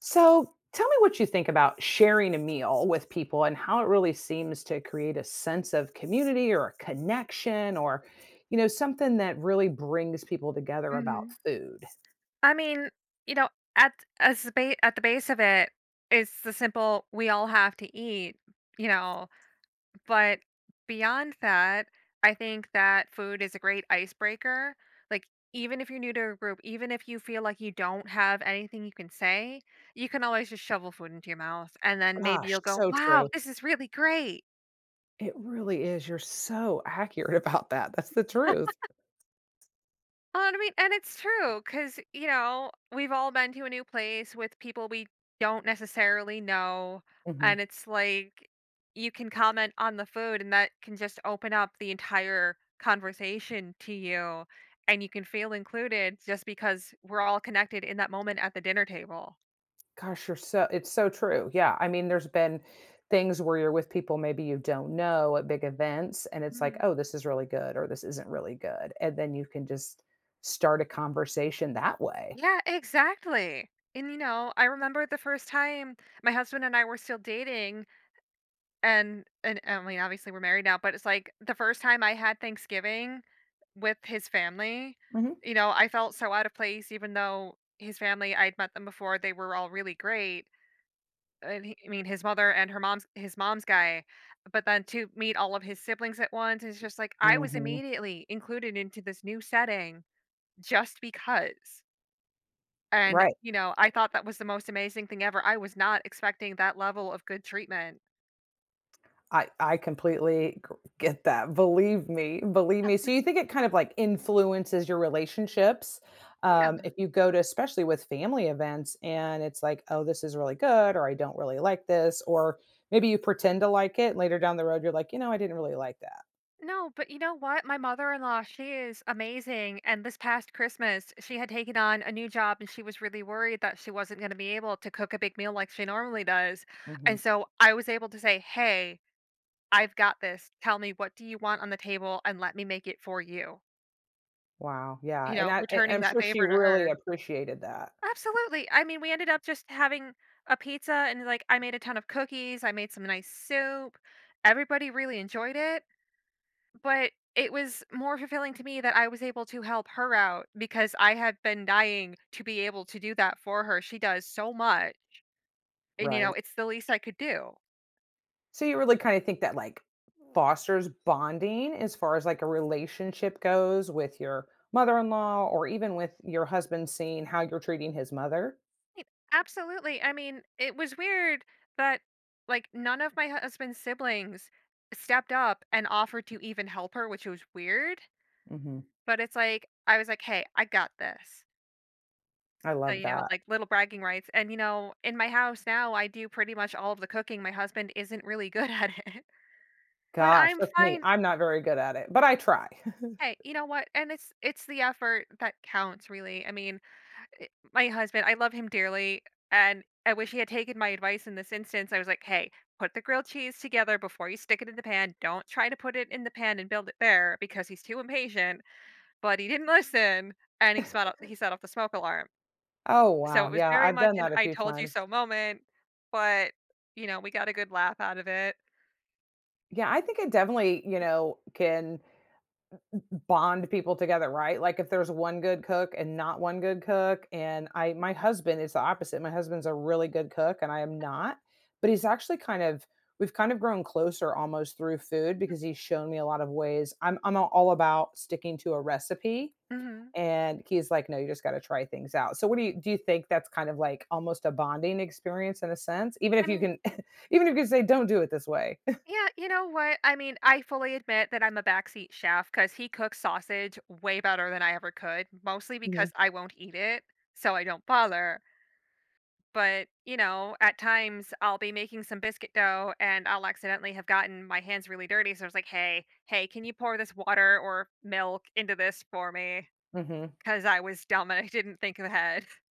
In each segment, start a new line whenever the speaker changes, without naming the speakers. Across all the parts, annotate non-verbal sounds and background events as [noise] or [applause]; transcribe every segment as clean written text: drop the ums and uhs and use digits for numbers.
So tell me what you think about sharing a meal with people and how it really seems to create a sense of community or a connection or, you know, something that really brings people together about
Mhm.
food.
I mean, you know, at as the ba at the base of it's the simple, "We all have to eat," you know? But beyond that, I think that food is a great icebreaker. Like, even if you're new to a group, even if you feel like you don't have anything you can say, you can always just shovel food into your mouth. And then maybe
Gosh,
you'll go,
so
wow,
true.
this is really great.
It really is. You're so accurate [laughs] about that. That's the truth.
Oh, I mean, and it's true because, you know, we've all been to a new place with people we don't necessarily know.
Mhm.
And it's like you can comment on the food, and that can just open up the entire conversation to you. And you can feel included just because we're all connected in that moment at the dinner table.
Gosh, you're so it's so true. Yeah. I mean, there's been things where you're with people maybe you don't know at big events, and it's like,
Mhm.
oh, this is really good, or this isn't really good. And then you can just start a conversation that way.
Yeah, exactly. And, you know, I remember the first time my husband and I were still dating. I mean, obviously, we're married now, but it's like the first time I had Thanksgiving with his family,
Hmm.
you know, I felt so out of place even though his family, I'd met them before, they were all really great, and he I mean, his mother and her mom's his mom's guy, but then to meet all of his siblings at once, it's just like I was
Hmm.
immediately included into this new setting just because. And,
Right.
you know, I thought that was the most amazing thing ever. I was not expecting that level of good treatment.
I get that. Believe me, believe me. So you think it kind of like influences your relationships
Yeah.
if you go to, especially with family events, and it's like, oh, this is really good, or I don't really like this, or maybe you pretend to like it, and later down the road, you're like, you know, I didn't really like that.
No, but you know what? My mother-in-law, she is amazing. And this past Christmas, she had taken on a new job and she was really worried that she wasn't going to be able to cook a big meal like she normally does.
Hmm.
And so I was able to say, "Hey, I've got this. Tell me what do you want on the table and let me make it for you."
Wow, yeah,
You
and
know,
that, and
returning
I'm
that
sure she
favor to
really
her.
appreciated that,
Absolutely. I mean, we ended up just having a pizza and like I made a ton of cookies, I made some nice soup. Everybody really enjoyed it. But it was more fulfilling to me that I was able to help her out because I had been dying to be able to do that for her. She does so much, and, you know,
right?
it's the least I could do.
So you really kind of think that like fosters bonding as far as like a relationship goes with your mother-in-law or even with your husband seeing how you're treating his mother?
Right, absolutely. I mean, it was weird that like none of my husband's siblings stepped up and offered to even help her, which was weird.
Mhm.
But it's like I was like, "Hey, I got this."
I
So,
love
you know,
that.
like little bragging rights. And you know, in my house now, I do pretty much all of the cooking. My husband isn't really good [laughs] at it. But
Gosh,
I'm
that's me.
fine.
I'm not very good at it, but I try. [laughs]
Hey, you know what? And it's the effort that counts, really. I mean, I my husband, I love him dearly, and I wish he had taken my advice in this instance. I was like, "Hey, put the grilled cheese together before you stick it in the pan. Don't try to put it in the pan and build it there because he's too impatient." But he didn't listen, and he set off the smoke alarm.
Oh,
So it
wow.
was
Yeah,
very
I've
much
done
an
that a
"I
few
told you
times.
so" moment, but you know, we got a good laugh out of it.
Yeah, I think it definitely, you know, can bond people together, right? Like if there's one good cook and not one good cook and I my husband is the opposite. My husband's a really good cook and I am not, but he's actually kind of we've kind of grown closer almost through food
Mhm,
because he's shown me a lot of ways. I'm all about sticking to a recipe
mhm.
and he's like no, you just got to try things out. So what do you think that's kind of like almost a bonding experience in a sense even
I
if you
mean,
can [laughs] even if you can say don't do it this way. [laughs]
yeah, you know what? I mean, I fully admit that I'm a backseat chef because he cooks sausage way better than I ever could, mostly because
Mhm.
I won't eat it, so I don't bother. But, you know, at times I'll be making some biscuit dough and I'll accidentally have gotten my hands really dirty. So I was like, hey, can you pour this water or milk into this for me?
Mhm.
Because I was dumb and I didn't think ahead. [laughs]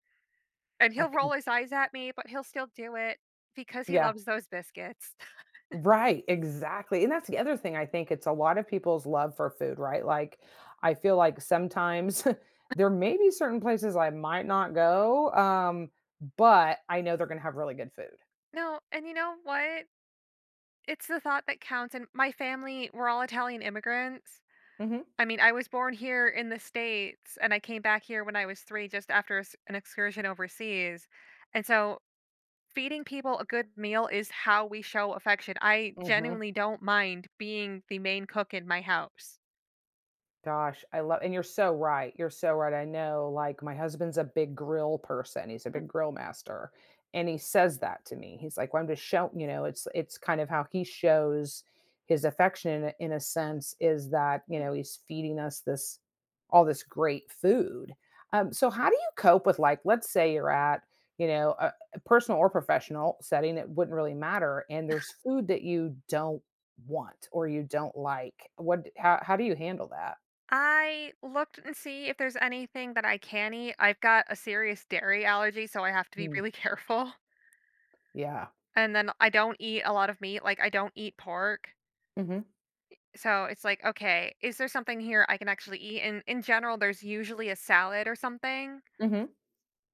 And
I
he'll
can
roll his eyes at me, but he'll still do it because he
yeah.
loves those biscuits. [laughs]
Right, exactly. And that's the other thing I think it's a lot of people's love for food, right? Like I feel like sometimes [laughs] there may be certain places I might not go, but I know they're going to have really good food.
No, and you know what? It's the thought that counts. And my family, we're all Italian immigrants.
Mhm.
I mean, I was born here in the States and I came back here when I was three just after an excursion overseas. And so feeding people a good meal is how we show affection. I
Mhm.
genuinely don't mind being the main cook in my house.
Gosh, I love and you're so right, I know, like, my husband's a big grill person, he's a big grill master, and he says that to me, he's like, "Well, I'm just showing, you know, it's kind of how he shows his affection in a sense is that, you
Mhm.
know, he's feeding us this all this great food, so how do you cope with, like, let's say you're at, you know, a personal or professional setting, it wouldn't really matter, and there's food that you don't want or you don't like, what how do you handle that?
I looked and see if there's anything that I can eat. I've got a serious dairy allergy, so I have to be
Mm,
really [laughs] careful.
yeah.
And then I don't eat a lot of meat, like I don't eat pork.
Mhm,
So it's like, okay, is there something here I can actually eat? And in general, there's usually a salad or something.
mhm.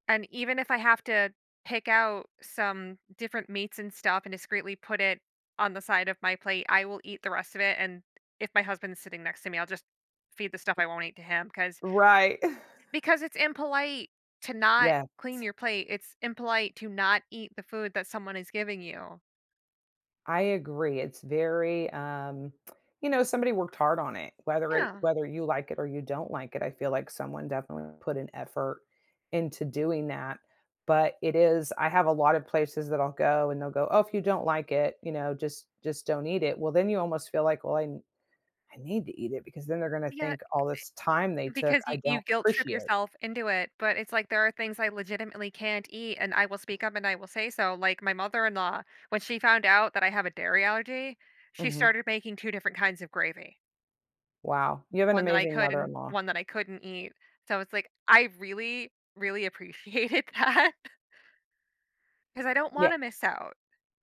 And even if I have to pick out some different meats and stuff and discreetly put it on the side of my plate, I will eat the rest of it. And if my husband's sitting next to me, I'll just feed the stuff I won't eat to him
Right. [laughs]
because it's impolite to not
Yeah,
clean your plate. It's impolite to not eat the food that someone is giving you.
I agree, it's very, you know, somebody worked hard on it,
Yeah.
whether you like it or you don't like it, I feel like someone definitely put an effort into doing that, but it is I have a lot of places that I'll go and they'll go, "Oh, if you don't like it, you know, just don't eat it." Well, then you almost feel like, "Well, I need to eat it because then they're gonna
Yeah.
think all this time they took,
Because
I
you
don't
guilt trip
appreciate."
yourself into it, but it's like there are things I legitimately can't eat, and I will speak up and I will say so. Like my mother-in-law, when she found out that I have a dairy allergy, she
Mhm.
started making two different kinds of gravy,
Wow, you have an
one that I
amazing
could and
mother-in-law.
one that I couldn't eat. So it's like I really, really appreciated [laughs] that because I don't
Yeah.
want to miss out.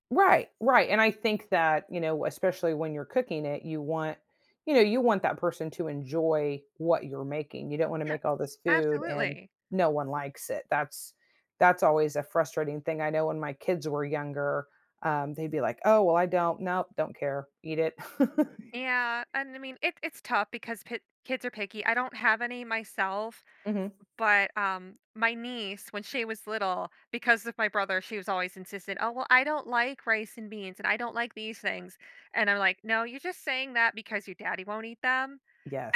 Right, and I think that, you know, especially when you're cooking it, you want you know, you want that person to enjoy what you're making. You don't wanna
Yes,
make all this food and
absolutely.
no one likes it. That's always a frustrating thing. I know when my kids were younger, they'd be like, "Oh, well, I don't nope, don't care. Eat it." [laughs]
Yeah, and I mean it, it's tough because kids are picky. I don't have any myself.
Mhm.
But, my niece, when she was little, because of my brother, she was always insistent, "Oh, well, I don't like rice and beans, and I don't like these things." And I'm like, "No, you're just saying that because your daddy won't eat them."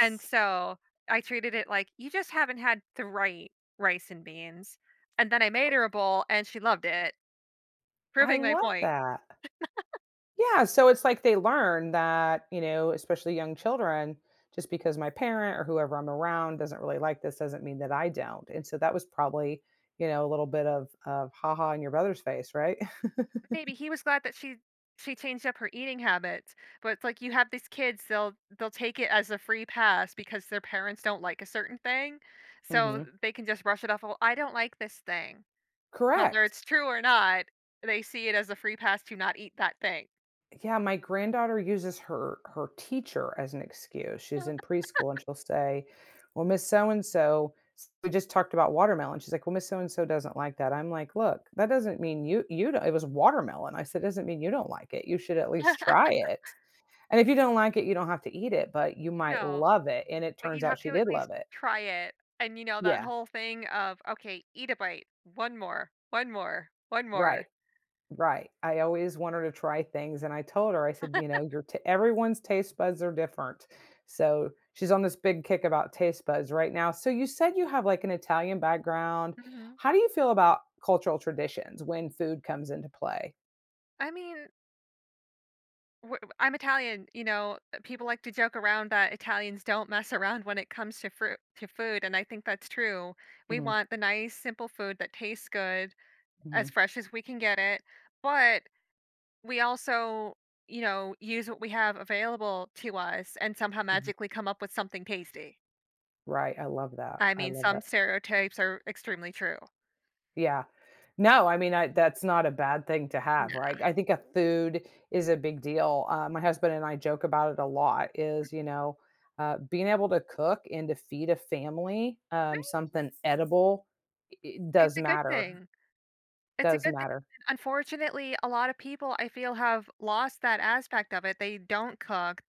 And so, I treated it like, "You just haven't had the right rice and beans." And then I made her a bowl, and she loved it,
I
proving my
love
point.
that. Yeah, so it's like they learn that, you know, especially young children, just because my parent or whoever I'm around doesn't really like this doesn't mean that I don't. And so that was probably, you know, a little bit of haha in your brother's face, right?
Maybe he was glad that she changed up her eating habits, but it's like you have these kids, they'll take it as a free pass because their parents don't like a certain thing,
[laughs]
so
Hmm.
they can just brush it off, "Well, I don't like this thing." Whether
Correct.
it's true or not, they see it as a free pass to not eat that thing.
Yeah, my granddaughter uses her teacher as an excuse. She's
Uh,
in preschool and she'll say, "Well, Miss so and so, we just talked about watermelon." She's like, "Well, Miss so and so doesn't like that." I'm like, "Look, that doesn't mean you don't, it was watermelon." I said, "Doesn't mean you don't like it. You should at least try it. And if you don't like it, you don't have to eat it, but you might
No,
love it." And it
but
turns
you
out
have
she
to at
did
least
love it.
try it, and, you know, that
Yeah,
whole thing of, "Okay, eat a bite, 1 more, 1 more, 1
right.
more."
Right. I always want her to try things, and I told her, I said, "You know, your t everyone's taste buds are different." So, she's on this big kick about taste buds right now. So, you said you have, like, an Italian background.
Mhm.
How do you feel about cultural traditions when food comes into play?
I mean, W w I'm Italian, you know, people like to joke around that Italians don't mess around when it comes to fruit to food, and I think that's true. We
Mhm,
want the nice, simple food that tastes good, as
mhm,
fresh as we can get it, but we also, you know, use what we have available to us and somehow
mhm.
magically come up with something tasty.
Right, I love that.
I
I
mean,
love
some
that.
stereotypes are extremely true.
Yeah. No, I mean, I that's not a bad thing to have,
No,
right? I think a food is a big deal. My husband and I joke about it a lot is, you know, being able to cook and to feed a family something edible it
it's
does
a good
matter.
thing. It's a
Does
good thing.
matter.
Unfortunately, a lot of people I feel have lost that aspect of it. They don't cook.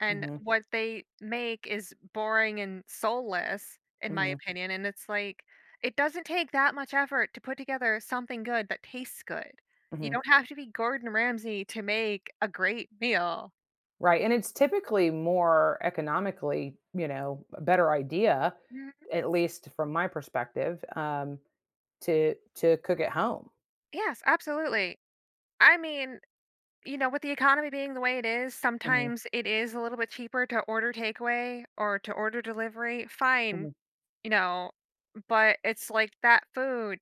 And
Hmm.
what they make is boring and soulless, in my
Hmm.
opinion, and it's like, it doesn't take that much effort to put together something good that tastes good. You
Hmm.
don't have to be Gordon Ramsay to make a great meal.
Right. And it's typically more economically, you know, a better idea,
Mm,
at least from my perspective, to cook at home.
yes, absolutely. I mean, you know, with the economy being the way it is,
Hmm.
sometimes it is a little bit cheaper to order takeaway or to order delivery. Fine, you know, but it's like that food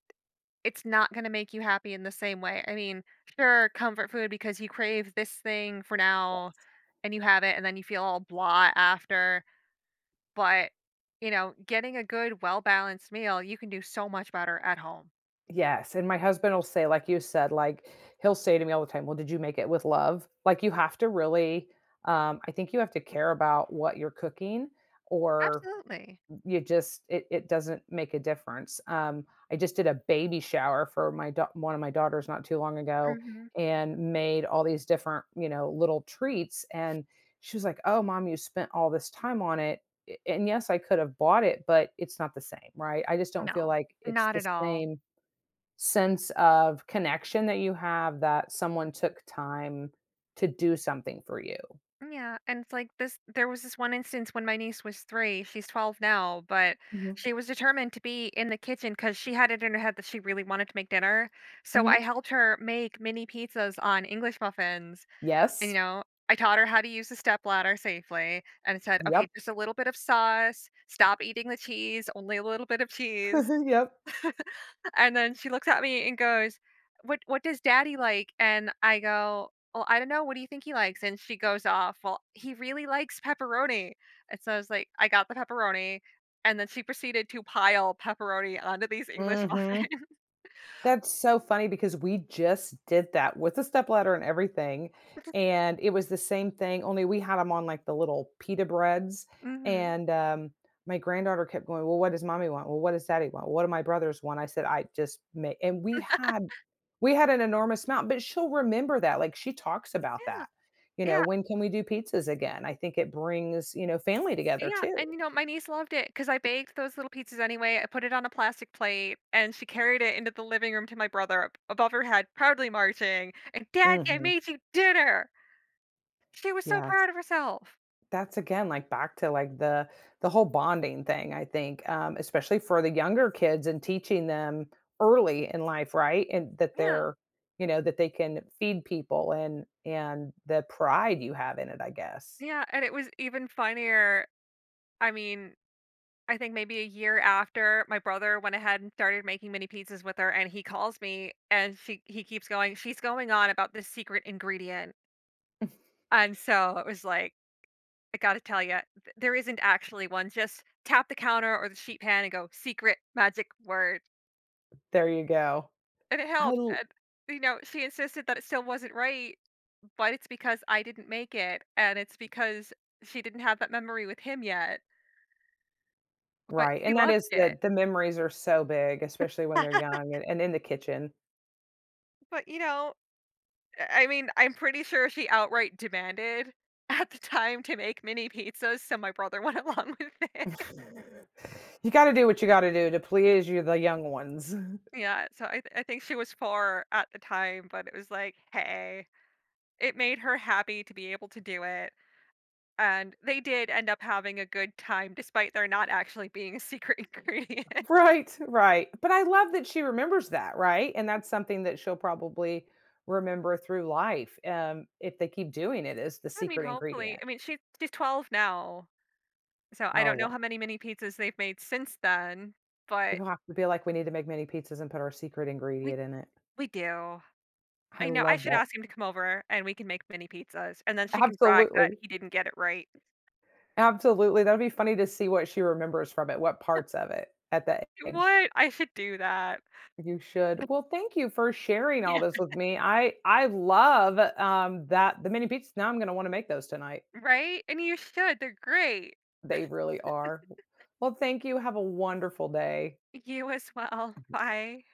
it's not gonna make you happy in the same way. I mean, sure, comfort food because you crave this thing for now and you have it and then you feel all blah after, but, you know, getting a good, well-balanced meal, you can do so much better at home.
Yes, and my husband will say, like you said, like, he'll say to me all the time, "Well, did you make it with love?" Like, you have to really, I think you have to care about what you're cooking or
Absolutely.
you just it doesn't make a difference. I just did a baby shower for my dau one of my daughters not too long ago
Mhm.
and made all these different, you know, little treats, and she was like, "Oh, mom, you spent all this time on it." And yes, I could have bought it, but it's not the same, right? I just don't feel
No,
like it's
not
the
at all.
same sense of connection that you have that someone took time to do something for you.
Yeah, and it's like this there was this one instance when my niece was 3, she's 12 now, but
Mhm.
she was determined to be in the kitchen because she had it in her head that she really wanted to make dinner. So
Mhm.
I helped her make mini pizzas on English muffins, and, you
Yes.
know, I taught her how to use the stepladder safely and said, "Okay,
Yep.
just a little bit of sauce, stop eating the cheese, only a little bit of cheese."
[laughs] Yep.
And then she looks at me and goes, "What does daddy like?" And I go, "Well, I don't know. What do you think he likes?" And she goes off, "Well, he really likes pepperoni." And so I was like, I got the pepperoni, and then she proceeded to pile pepperoni onto these English
Mhm.
muffins. [laughs]
That's so funny because we just did that with a stepladder and everything, and it was the same thing, only we had them on, like, the little pita breads,
Mhm.
and, my granddaughter kept going, "Well, what does mommy want? Well, what does daddy want? What do my brothers want?" I said, "I just make. And we had an enormous amount, but she'll remember that, like, she talks about
Yeah,
that, you know,
yeah,
"When can we do pizzas again?" I think it brings, you know, family together
yeah,
too.
and, you know, my niece loved it because I baked those little pizzas anyway. I put it on a plastic plate, and she carried it into the living room to my brother ab above her head, proudly marching, and, "Daddy, I
Mhm.
made you dinner." She was so
Yes.
proud of herself.
That's again like back to like the whole bonding thing, I think, especially for the younger kids and teaching them early in life, right? And that
Yeah.
they're, you know, that they can feed people and the pride you have in it, I guess.
Yeah, and it was even funnier. I mean, I think maybe a year after my brother went ahead and started making mini pizzas with her, and he calls me, and she he keeps going. She's going on about this secret ingredient,
[laughs]
and so it was like, I got to tell you, there isn't actually one. Just tap the counter or the sheet pan and go secret magic word,
There you go.
and it
I
helped.
l-
And you know, she insisted that it still wasn't right, but it's because I didn't make it, and it's because she didn't have that memory with him yet. But
right.
she
And that
loved
is
it.
that the memories are so big, especially when they're young and in the kitchen.
But, you know, I mean, I'm pretty sure she outright demanded [laughs] at the time to make mini pizzas, so my brother went [laughs] along with it. [laughs]
[laughs] You gotta do what you gotta do to please you the young ones.
Yeah, so I think she was 4 at the time, but it was like, hey, it made her happy to be able to do it, and they did end up having a good time despite there not actually being a secret [laughs] ingredient.
Right, right. But I love that she remembers that, right? And that's something that she'll probably remember through life, if they keep doing it is the
I mean,
secret
hopefully
ingredient.
I mean, she's 12 now, so I
Oh,
don't know
wow.
how many mini pizzas they've made since then, but
You'll have to be like, "We need to make mini pizzas and put our secret
we
ingredient in it."
we do.
I
I know, I
love
should
that.
ask him to come over and we can make mini pizzas, and then she can [laughs] brag that
Absolutely.
he didn't get it right.
Absolutely. That'd be funny to see what she remembers from it, what parts of it at that age.
What? I should do that.
You should. Well, thank you for sharing all
Yeah.
this with me. I love, that the mini pizzas. Now I'm gonna wanna make those tonight.
Right? And you should, they're great.
They really are. Well, thank you. Have a wonderful day.
You as well. Bye.